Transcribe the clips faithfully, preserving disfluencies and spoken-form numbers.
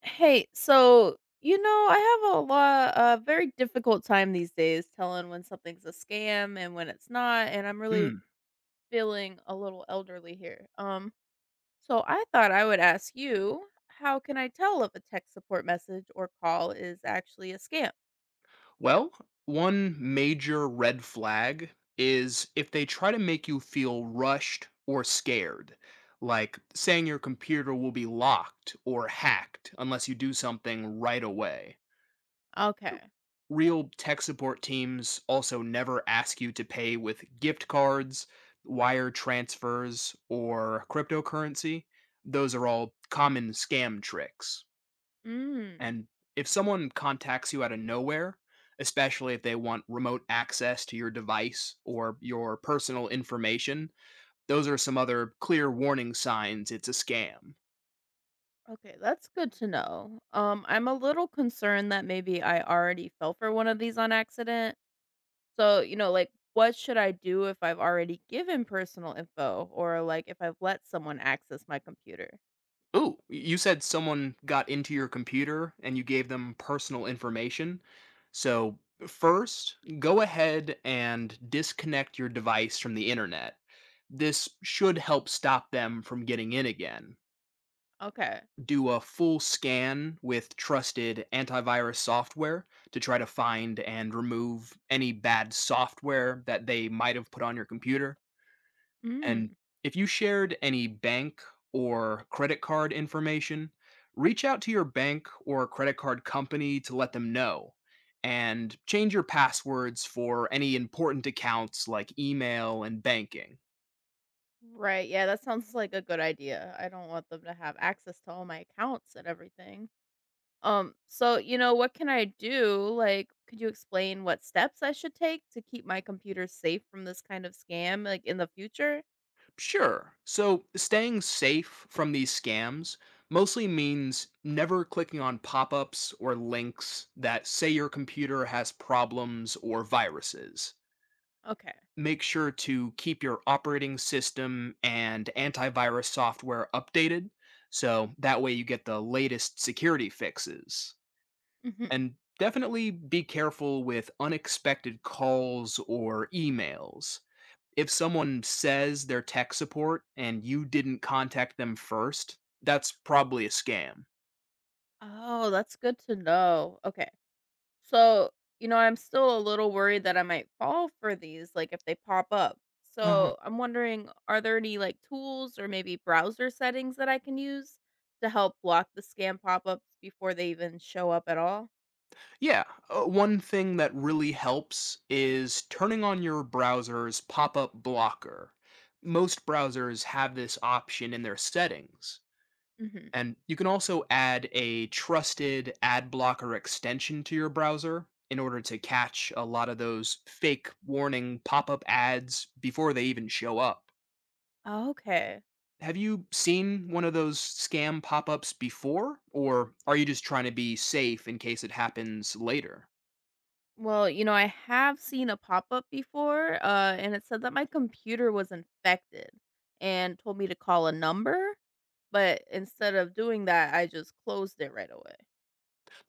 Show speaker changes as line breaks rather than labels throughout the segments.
Hey, so you know, I have a lot a very difficult time these days telling when something's a scam and when it's not, and I'm really
Mm.
feeling a little elderly here. Um, so I thought I would ask you, how can I tell if a tech support message or call is actually a scam?
Well, one major red flag is if they try to make you feel rushed or scared, like saying your computer will be locked or hacked unless you do something right away.
Okay.
Real tech support teams also never ask you to pay with gift cards, wire transfers, or cryptocurrency. Those are all common scam tricks.
Mm.
And if someone contacts you out of nowhere, especially if they want remote access to your device or your personal information, those are some other clear warning signs it's a scam.
Okay, that's good to know. Um, I'm a little concerned that maybe I already fell for one of these on accident. So, you know, like, what should I do if I've already given personal info, or like if I've let someone access my computer?
Ooh, you said someone got into your computer and you gave them personal information. So, first, go ahead and disconnect your device from the internet. This should help stop them from getting in again.
Okay.
Do a full scan with trusted antivirus software to try to find and remove any bad software that they might have put on your computer. And
Mm.
if you shared any bank or credit card information, reach out to your bank or credit card company to let them know and change your passwords for any important accounts like email and banking.
Right. Yeah, that sounds like a good idea. I don't want them to have access to all my accounts and everything. Um, so, you know, what can I do? Like, could you explain what steps I should take to keep my computer safe from this kind of scam like in the future?
Sure. So staying safe from these scams mostly means never clicking on pop ups or links that say your computer has problems or viruses.
Okay.
Make sure to keep your operating system and antivirus software updated so that way you get the latest security fixes.
Hmm.
And definitely be careful with unexpected calls or emails if someone says they're tech support and you didn't contact them first, that's probably a scam.
Oh, that's good to know. Okay. So, you know, I'm still a little worried that I might fall for these, like if they pop up.
Uh-huh.
So I'm wondering, are there any like tools or maybe browser settings that I can use to help block the scam pop ups before they even show up at all?
Yeah, uh, one thing that really helps is turning on your browser's pop up blocker. Most browsers have this option in their settings.
Hmm.
And you can also add a trusted ad blocker extension to your browser in order to catch a lot of those fake warning pop up ads before they even show up.
Okay.
Have you seen one of those scam pop-ups before, or are you just trying to be safe in case it happens later?
Well, you know, I have seen a pop up before, uh, and it said that my computer was infected and told me to call a number. But instead of doing that, I just closed it right away.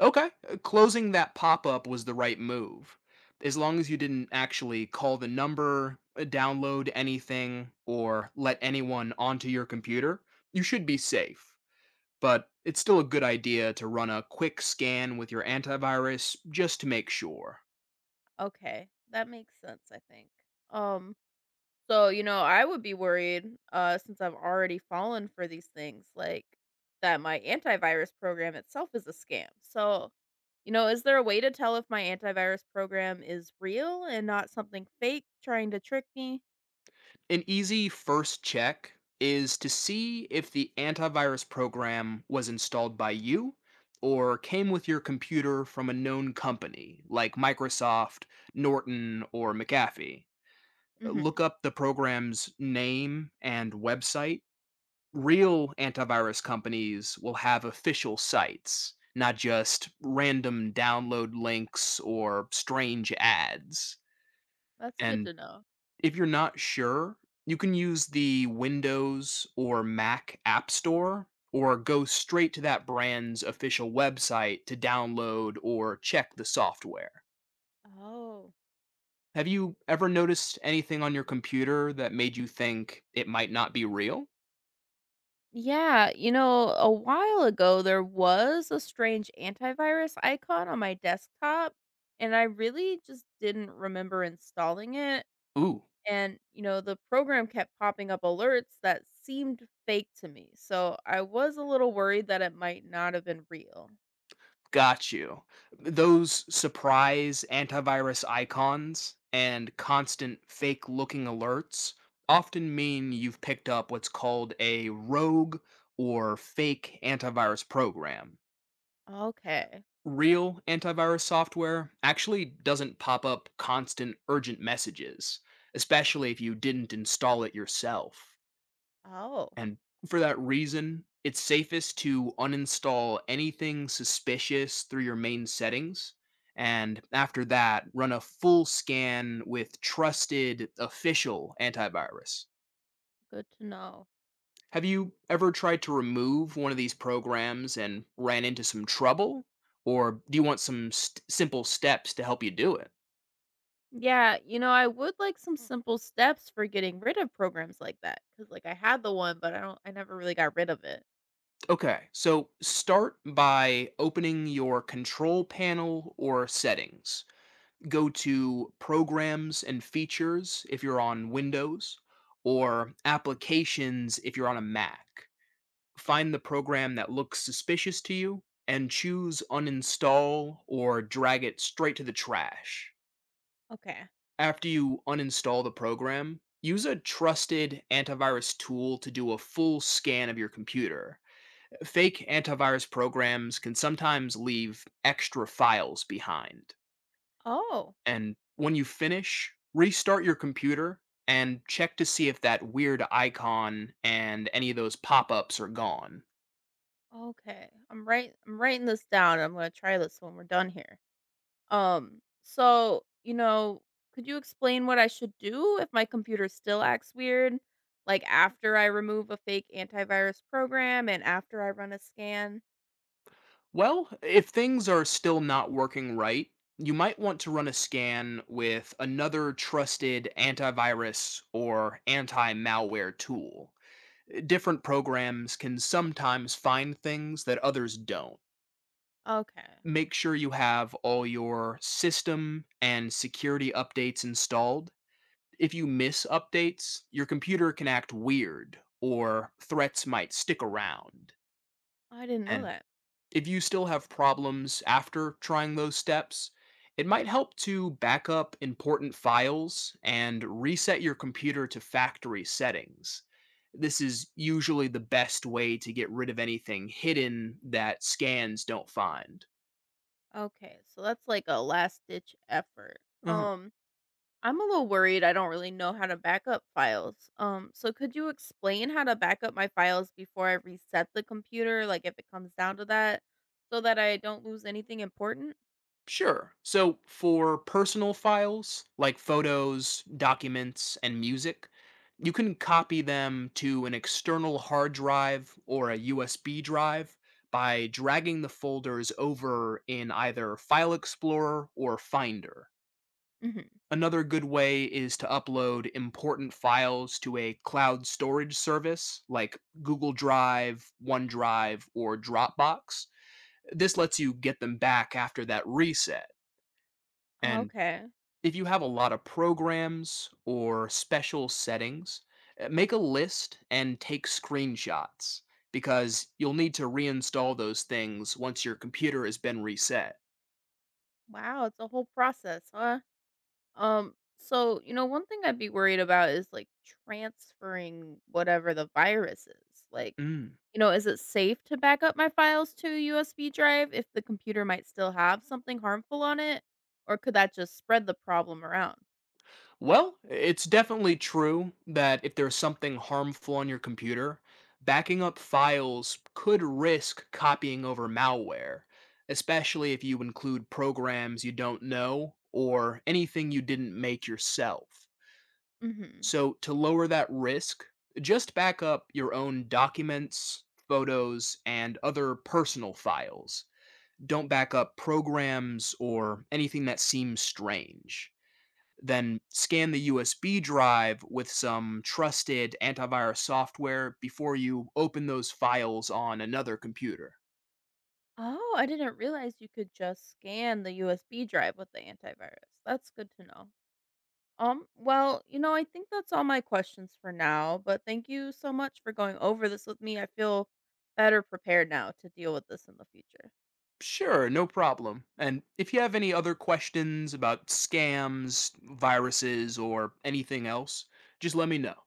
Okay, uh, closing that pop-up was the right move. As long as you didn't actually call the number, uh, download anything, or let anyone onto your computer, you should be safe. But it's still a good idea to run a quick scan with your antivirus just to make sure.
Okay, that makes sense, I think. Um, so you know, I would be worried, uh, since I've already fallen for these things, like that my antivirus program itself is a scam. So, you know, is there a way to tell if my antivirus program is real and not something fake trying to trick me?
An easy first check is to see if the antivirus program was installed by you or came with your computer from a known company like Microsoft, Norton, or McAfee. Look
Hmm.
up the program's name and website. Real antivirus companies will have official sites, not just random download links or strange ads.
That's good
And
to know.
if you're not sure, you can use the Windows or Mac App Store or go straight to that brand's official website to download or check the software.
Oh.
Have you ever noticed anything on your computer that made you think it might not be real?
Yeah, you know, a while ago there was a strange antivirus icon on my desktop, and I really just didn't remember installing it.
Ooh.
And, you know, the program kept popping up alerts that seemed fake to me. So I was a little worried that it might not have been real.
Got you. Those surprise antivirus icons and constant fake looking alerts often mean you've picked up what's called a rogue or fake antivirus program.
Okay.
Real antivirus software actually doesn't pop up constant urgent messages, especially if you didn't install it yourself.
Oh,
And for that reason, it's safest to uninstall anything suspicious through your main settings. And after that, run a full scan with trusted official antivirus.
good to know.
Have you ever tried to remove one of these programs and ran into some trouble? Or do you want some st- simple steps to help you do it?
Yeah, you know, I would like some simple steps for getting rid of programs like that because, like, I had the one, but I don't, I never really got rid of it.
Okay, so start by opening your control panel or settings, go to programs and features if you're on Windows or applications if you're on a Mac. Find the program that looks suspicious to you and choose uninstall or drag it straight to the trash.
Okay.
After you uninstall the program, use a trusted antivirus tool to do a full scan of your computer. Fake antivirus programs can sometimes leave extra files behind.
Oh.
And when you finish, restart your computer and check to see if that weird icon and any of those pop ups are gone.
Okay. I'm right I'm writing this down. I'm gonna try this when we're done here. Um, so, you know, could you explain what I should do if my computer still acts weird? Like after I remove a fake antivirus program and after I run a scan?
Well, if things are still not working right, you might want to run a scan with another trusted antivirus or anti malware tool. Different programs can sometimes find things that others don't.
Okay.
Make sure you have all your system and security updates installed. If you miss updates, your computer can act weird or threats might stick around.
I didn't know
And
that.
if you still have problems after trying those steps, it might help to back up important files and reset your computer to factory settings. This is usually the best way to get rid of anything hidden that scans don't find.
Okay, so that's like a last ditch effort. Um I'm a little worried I don't really know how to back up files. Um, so could you explain how to back up my files before I reset the computer, like if it comes down to that, so that I don't lose anything important?
Sure. So for personal files like photos, documents, and music, you can copy them to an external hard drive or a U S B drive by dragging the folders over in either File Explorer or Finder.
Hmm.
Another good way is to upload important files to a cloud storage service like Google Drive, OneDrive, or Dropbox. This lets you get them back after that reset. And
Okay.
if you have a lot of programs or special settings, uh, make a list and take screenshots because you'll need to reinstall those things once your computer has been reset.
Wow, it's a whole process, huh? Um, so you know, one thing I'd be worried about is like transferring whatever the virus is. Like,
Mm.
you know, is it safe to back up my files to a U S B drive if the computer might still have something harmful on it? Or could that just spread the problem around?
Well, it's definitely true that if there's something harmful on your computer, backing up files could risk copying over malware, especially if you include programs you don't know or anything you didn't make yourself.
Hmm.
So to lower that risk, just back up your own documents, photos, and other personal files. Don't back up programs or anything that seems strange. Then scan the U S B drive with some trusted antivirus software before you open those files on another computer.
Oh, I didn't realize you could just scan the U S B drive with the antivirus. That's good to know. Um, well, you know, I think that's all my questions for now, but thank you so much for going over this with me. I feel better prepared now to deal with this in the future.
Sure, no problem. And if you have any other questions about scams, viruses, or anything else, just let me know.